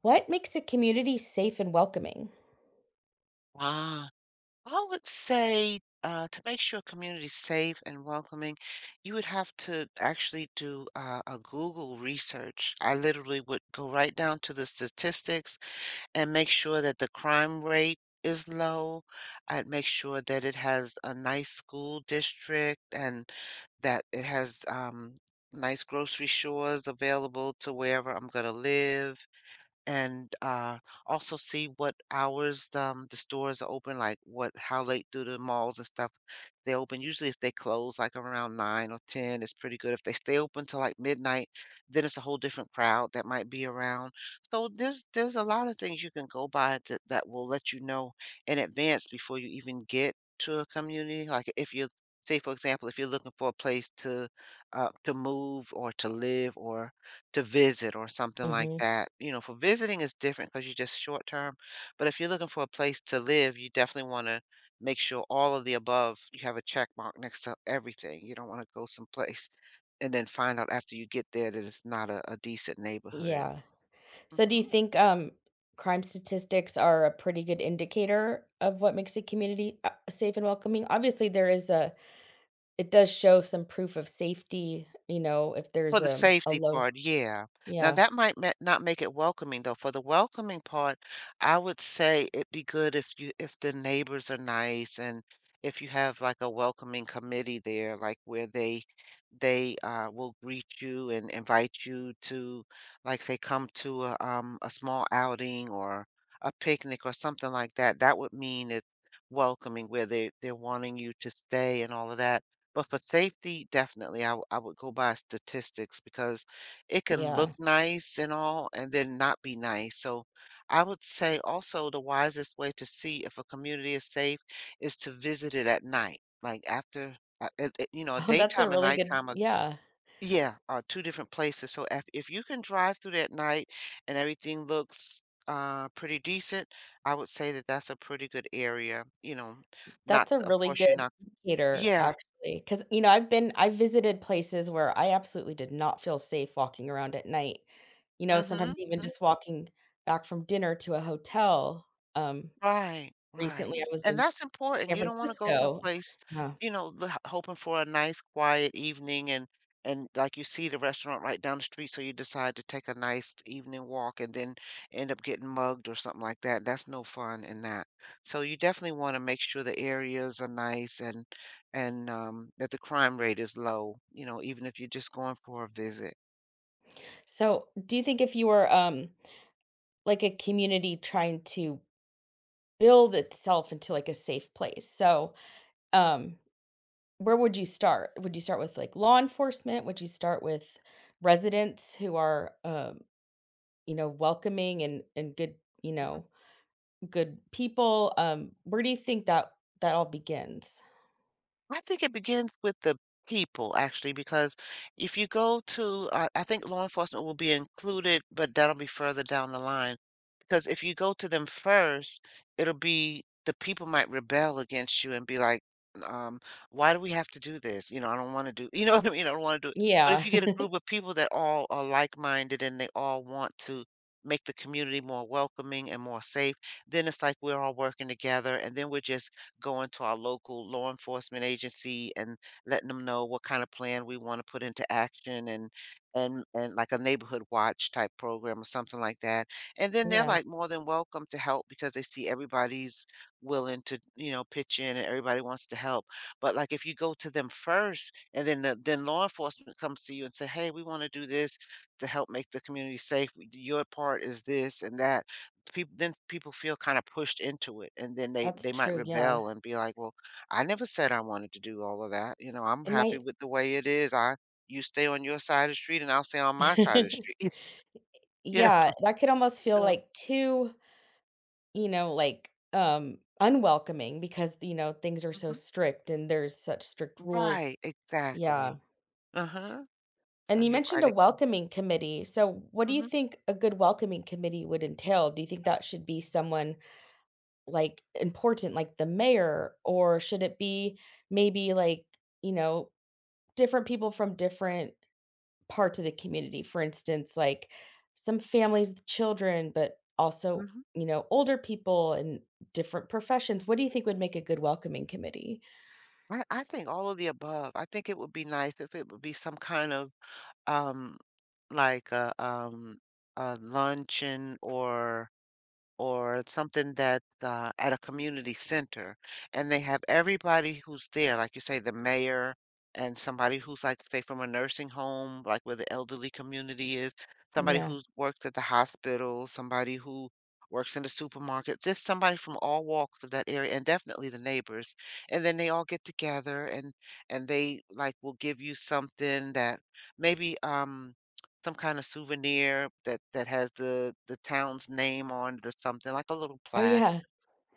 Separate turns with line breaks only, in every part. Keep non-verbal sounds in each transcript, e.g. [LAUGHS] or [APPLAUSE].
What makes a community safe and welcoming?
Ah, I would say to make sure a community is safe and welcoming, you would have to actually do a Google research. I literally would go right down to the statistics and make sure that the crime rate is low. I'd make sure that it has a nice school district and that it has nice grocery stores available to wherever I'm going to live and also see what hours the stores are open, like what how late do the malls and stuff they open. Usually, if they close like around nine or ten, it's pretty good. If they stay open till like midnight, then it's a whole different crowd that might be around. So there's a lot of things you can go by that will let you know in advance before you even get to a community. Like if you say, for example, if you're looking for a place to move or to live or to visit or something like
Hmm.
that. For visiting is different because 'cause you're just short term, but if you're looking for a place to live, you definitely wanna make sure all of the above, you have a check mark next to everything. You don't wanna go someplace [LAUGHS] and then find out after you get there that it's not a decent neighborhood.
Yeah. So do you
Mhm.
think crime statistics are a pretty good indicator of what makes a community safe and welcoming? Obviously there is a it does show some proof of safety, you know, if
For
there's
the
a
safety
low
part, yeah. Now
yeah.
that might ma not make it welcoming though. For the welcoming part, I would say it'd be good if the neighbors are nice and if you have like a welcoming committee there, like where they will greet you and invite you to, like, they come to a small outing or a picnic or something like that. That would mean it's welcoming where they're wanting you to stay and all of that, but for safety, definitely, I would go by statistics because it can look
Yeah. [LAUGHS]
nice and all and then not be nice. So I would say also the wisest way to see if a community is safe is to visit it at night, like after,
Oh, that's a
daytime and
really good,
nighttime are,
yeah.
yeah, are two different places. So, if you can drive through that night and everything looks pretty decent, I would say that that's a pretty good area, you know, not,
That's a
of
really
course, you're
good
not.
indicator,
Yeah.
actually, because you know, I've visited places where I absolutely did not feel safe walking around at night. You know,
Mm-hmm,
sometimes even
mm-hmm.
just walking back from dinner to a hotel, um,
Right, right,
recently I was
and
in
that's important.
San
You don't wanna go
Francisco.
someplace,
Yeah.
you know, the h hoping for a nice quiet evening and, like, you see the restaurant right down the street, so you decide to take a nice evening walk and then end up getting mugged or something like that. That's no fun in that. So you definitely wanna make sure the areas are nice and, that the crime rate is low, you know, even if you're just going for a visit.
So, do you think if you were, like, a community trying to build itself into, like, a safe place, so, um, where would you start? Would you start with, like, law enforcement? Would you start with residents who are, you know, welcoming and good, you
Mhm.
know, good people. Where do you think that that all begins?
I think it begins with the people, actually, because if you go to, I think law enforcement will be included, but that'll be further down the line. Because if you go to them first, it'll be the people might rebel against you and be like, um, why do we have to do this? You know, I don't want to do, [LAUGHS] what I mean? I don't want to do it. But
Yeah.
if you get a
[LAUGHS]
group of people that all are like-minded and they all want to make the community more welcoming and more safe, then it's like we're all working together, and then we're just going to our local law enforcement agency and letting them know what kind of plan we want to put into action and, like a neighborhood watch type program or something like that. And then they're
Yeah,
like more than welcome to help because they see everybody's willing to, you know, pitch in and everybody wants to help. But, like, if you go to them first and then then law enforcement comes to you and say, "Hey, we want to do this to help make the community safe. Your part is this and that." people then people feel kind of pushed into it, and then they
that's
they might
true, yeah.
rebel and be like, well, I never said I wanted to do all of that. You know, I'm
It
happy
might
with the way it is. I You stay on your side of the street and I'll stay on my side of the street. [LAUGHS]
[LAUGHS]
It's just— yeah.
Yeah, that could almost feel
So
like too you know, like, unwelcoming because, you know, things are so
mhm.
strict and there's such strict rules.
Right,
Yeah.
exactly. Uh-huh.
And
So
you
you're
mentioned
right,
a
it can.
welcoming committee. So, what do you
Hmm.
think a good welcoming committee would entail? Do you think that should be someone like important, like the mayor, or should it be maybe like, you know, different people from different parts of the community. For instance, like some families with children, but also,
Hmm.
you know, older people and different professions. What do you think would make a good welcoming committee?
I think all of the above. I think it would be nice if it would be some kind of, um like a, a luncheon or something that, at a community center, and they have everybody who's there, like you say, the mayor, and somebody who's like, say, from a nursing home, like where the elderly community is, somebody
Yeah.
who works at the hospital, somebody who works in the supermarket, just somebody from all walks of that area, and definitely the neighbors. And then they all get together and they, like, will give you something, that maybe, some kind of souvenir that has the town's name on it or something, like a little
Oh,
plaque,
yeah.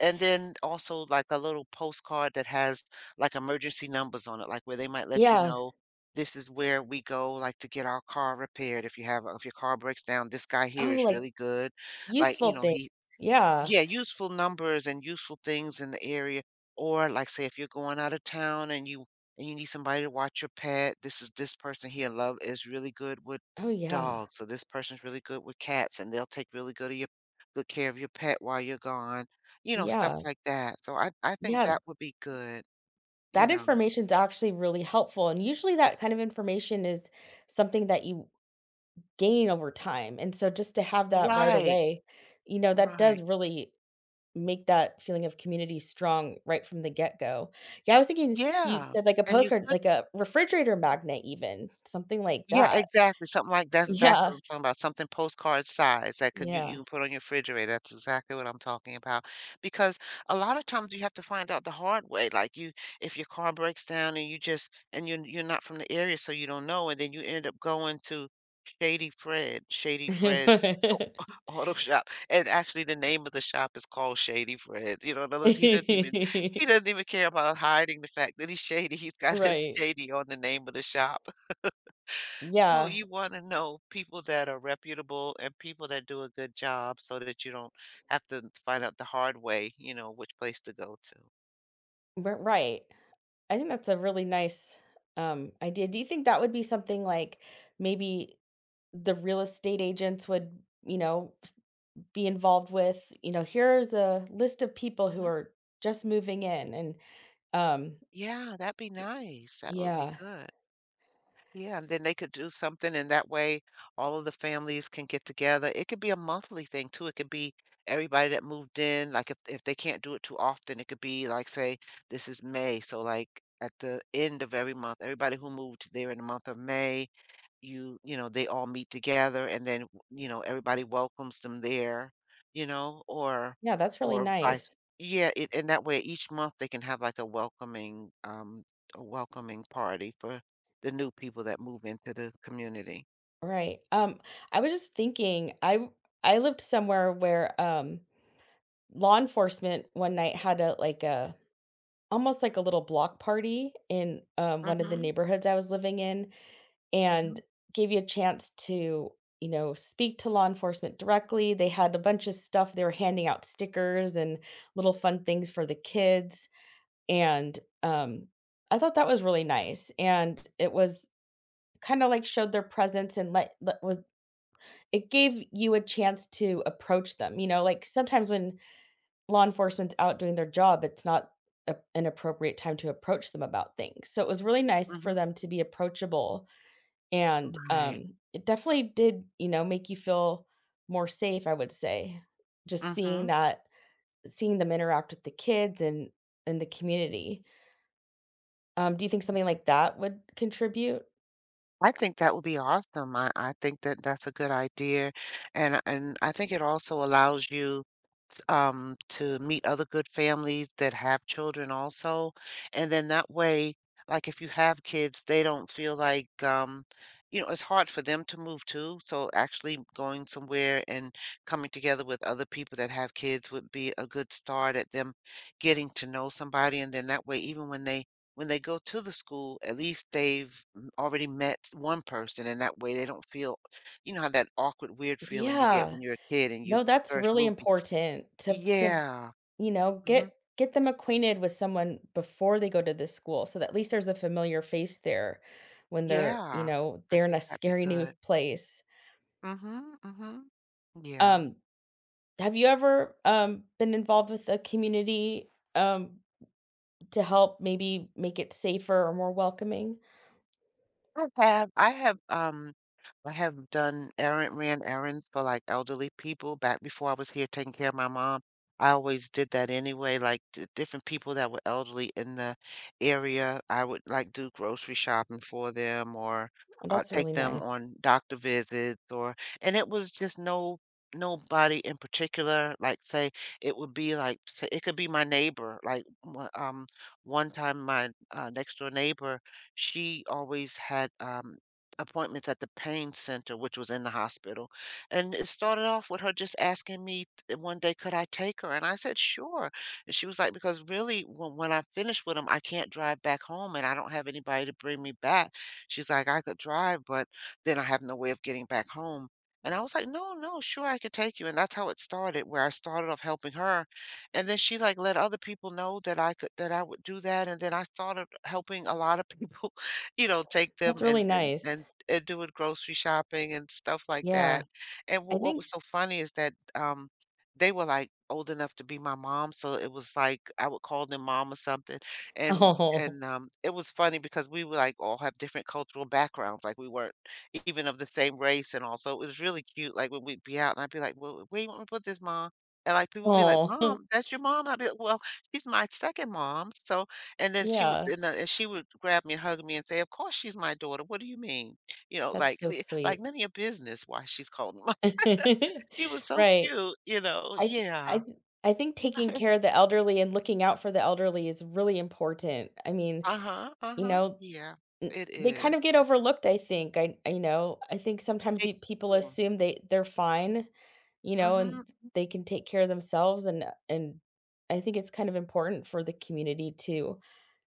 and then also like a little postcard that has like emergency numbers on it, like where they might let you
Yeah.
know, this is where we go, like, to get our car repaired. If you have— if your car breaks down, this guy here
Oh,
is
like
really good, like you
useful
know
things.
he
Yeah.
yeah, useful numbers and useful things in the area, or, like, say, if you're going out of town and you need somebody to watch your pet, this is— this person here love is really good with
Oh, yeah.
dogs, so this person's really good with cats, and they'll take really good of your— good care of your pet while you're gone, you know, stuff
Yeah.
like that. So I think
Yeah.
that would be good, you
That
know.
information's actually really helpful, and usually that kind of information is something that you gain over time, and so just to have that right
Right,
away, that does
right.
really make that feeling of community strong right from the get-go. Yeah, I was thinking you
Yeah,
said like a
and you
postcard,
could—
like a refrigerator magnet even, something like
yeah,
that.
exactly, something like that's exactly
Yeah,
what I'm talking about, something postcard size that can you— you
yeah.
can put on your refrigerator, that's exactly what I'm talking about, because a lot of times you have to find out the hard way, like, you— if your car breaks down and you just and you are— you're not from the area, so you don't know, and then you end up going to Shady Fred, Shady Fred's au
[LAUGHS]
auto shop, and actually the name of the shop is called Shady Fred. You know, in other words, he
[LAUGHS]
doesn't even care about hiding the fact that he's shady. He's got his [LAUGHS]
Right.
shady on the name of the shop. So
Yeah,
you want to know people that are reputable and people that do a good job so that you don't have to find out the hard way, you know, which place to go to.
r right. I think that's a really nice, idea. Do you think that would be something like maybe the real estate agents would, s- be involved with, here's a list of people who
Hmm.
are just moving in and um
Yeah, that'd be nice. That would be
yeah.
good. Yeah, and then they could do something, and that way all of the families can get together. It could be a monthly thing too. It could be everybody that moved in. Like, if they can't do it too often, it could be like, say, this is May, so, like, at the end of every month, everybody who moved there in the month of May, you know, they all meet together and then, you know, everybody welcomes them there, you know,
Yeah, that's really
or vice—
nice.
yeah, it— and that way each month they can have like a welcoming, a welcoming party for the new people that move into the community.
Right. Um, I was just thinking I lived somewhere where law enforcement one night had a like a almost like a little block party in one of the
Mm-hmm,
neighborhoods I was living in
mm-hmm,
and gave you a chance to, you know, speak to law enforcement directly. They had a bunch of stuff. They were handing out stickers and little fun things for the kids. And I thought that was really nice. And it was kind of like showed their presence and let, let was it gave you a chance to approach them. You know, like sometimes when law enforcement's out doing their job, it's not a, an appropriate time to approach them about things. So it was really nice for
mm-hmm.
them to be approachable and,
Right.
it definitely did, you know, make you feel more safe, I would say, just seeing
Mm-hmm.
that seeing them interact with the kids and the community. Do you think something like that would contribute?
I think that would be awesome. I think that that's a good idea, and I think it also allows you to meet other good families that have children also, and then that way, like, if you have kids, they don't feel like, you know, it's hard for them to move too. So actually going somewhere and coming together with other people that have kids would be a good start at them getting to know somebody, and then that way, even when they— when they go to the school, at least they've already met one person, and that way they don't feel, you know, how that awkward, weird feeling you get
Yeah.
when you're a kid and you
No, that's
first
really
moving.
important to
Yeah.
You know,
Mhm.
get them acquainted with someone before they go to this school so that at least there's a familiar face there when they're, you
Yeah.
know,
I
they're in
think
a
that'd be
scary new
good.
place.
Mhm, mhm. Yeah.
Um, have you ever, been involved with a community, um to help maybe make it safer or more welcoming?
I have I have um I have done errand— ran errands for like elderly people back before I was here taking care of my mom. I always did that anyway, like d different people that were elderly in the area. I would like do grocery shopping for them or
Oh, that's
take
really
them
nice.
on doctor visits or— and it was just no nobody in particular. Like say it would be like say it could be my neighbor. One time my next door neighbor, she always had appointments at the pain center, which was in the hospital. And it started off with her just asking me one day, could I take her? And I said, sure. And she was like, because really, when I finish with him, I can't drive back home and I don't have anybody to bring me back. She's like, I could drive, but then I have no way of getting back home. And I was like, no, no, sure, I could take you. And that's how it started, where I started off helping her, and then she, like, let other people know that I would do that, and then I started helping a lot of people, [LAUGHS] take them
That's really
and
nice.
doing grocery shopping and stuff like that.
Yeah,
And
I
what
think
was so funny is that, they were, like, old enough to be my mom, so it was like I would call them mom or something,
[LAUGHS]
and
Oh,
it was funny because we were, like, all have different cultural backgrounds, like, we weren't even of the same race and all, so it was really cute, like, when we'd be out and I'd be like, "Well, where you want me to put this, ma?" And, like, people would be like,
oh,
"Mom, that's your mom?" I'd be like, "Well, she's my 2nd mom, so," and then
[LAUGHS] Yeah,
she would grab me and hug me and say, "Of course she's my daughter, what do you mean?" You know,
that's so sweet.
none of your business why she's called mom. [LAUGHS]
[LAUGHS]
She was so
Right.
cute, you know?
I th I
Yeah.
th I think taking
[LAUGHS]
care of the elderly and looking out for the elderly is really important. I mean,
Uh-huh,
you
uh-huh.
know,
Yeah,
n
it
they kind
is.
of get overlooked, I think. I you know, I think sometimes
They
you people
do.
assume they're fine, you know, and
Mhm.
they can take care of themselves, and I think it's kind of important for the community to,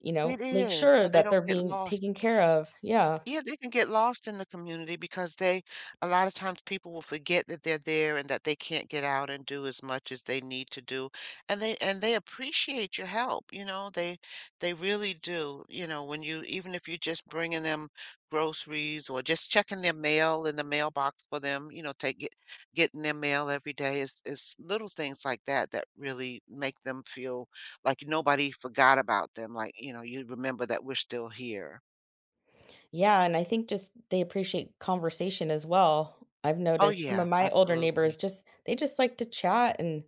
you know,
It
make
is,
sure
so they
that they're
don't get
being
lost.
taken care of. Yeah.
Yeah, they can get lost in the community because they, a lot of times people will forget that they're there and that they can't get out and do as much as they need to do. And they appreciate your help, you know, they really do. You know, when you, even if you're just bringing them groceries or just checking their mail in the mailbox for them, you know, getting their mail every day is little things like that that really make them feel like nobody forgot about them, like, you know, you remember that we're still here.
Yeah, and I think just they appreciate conversation as well. I've
Oh,
noticed some of
yeah,
my older neighbors
absolutely.
just they just like to chat and,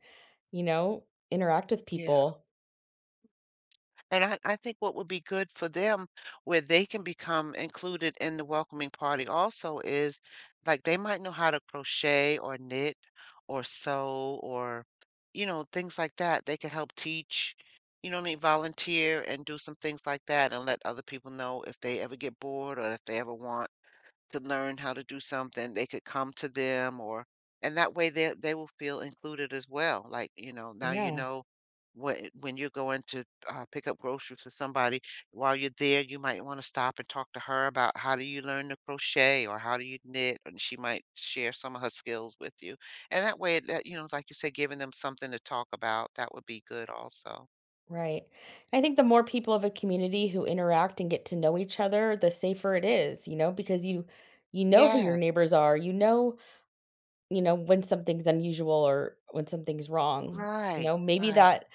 you know, interact with
Yeah,
people.
and I think what would be good for them, where they can become included in the welcoming party also is, like, they might know how to crochet or knit or sew or, you know, things like that. They could help teach, you know what I mean, volunteer and do some things like that and let other people know if they ever get bored or if they ever want to learn how to do something, they could come to them, or and that way they will feel included as well. Like, you know, now you
Yeah,
know when you're going to pick up groceries for somebody, while you're there, you might want to stop and talk to her about how do you learn to crochet or how do you knit, and she might share some of her skills with you. And that way, that you know, like you said, giving them something to talk about, that would be good also.
right. I think the more people of a community who interact and get to know each other, the safer it is, you know, because you know who your
Yes,
neighbors are. You know when something's unusual or when something's wrong. You
right,
know, maybe
right.
that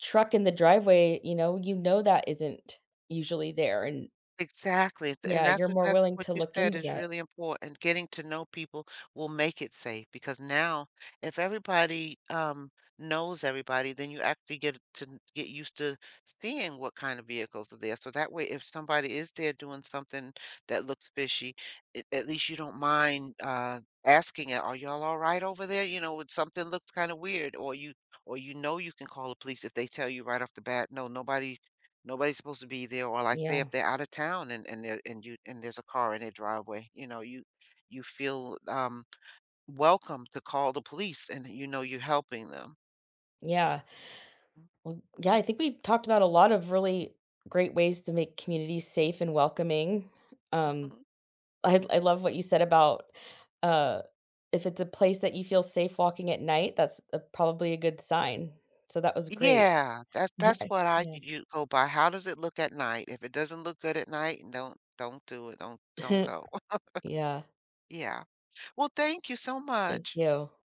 truck in the driveway, you know that isn't usually there and
Exactly, th and
Yeah,
that's
you're
what
more willing to
you
look
said
into
is
that.
really important. Getting to know people will make it safe because now if everybody, knows everybody, then you actually get used to seeing what kind of vehicles are there, so that way, if somebody is there doing something that looks fishy, at least you don't mind, asking it, "Are y'all alright over there?" You know, when something looks kinda weird, or you know you can call the police if they tell you right off the bat, "No, nobody's supposed to be there, or, like, say,
Yeah,
if they're out of town and there and you and there's a car in their driveway, you know, you feel, welcome to call the police and you know you're helping them.
yeah. Well, yeah, I think we talked about a lot of really great ways to make communities safe and welcoming.
Mm.
Um,
Mhm.
I love what you said about, uh, if it's a place that you feel safe walking at night, that's a probably a good sign. So that was great.
Yeah, that's
[LAUGHS]
what I
Yeah.
you go by. How does it look at night? If it doesn't look good at night, don't do it. Don't
[LAUGHS]
don't
Yeah.
go. [LAUGHS]
Yeah.
Yeah. Well, thank you so
Thank
much.
you.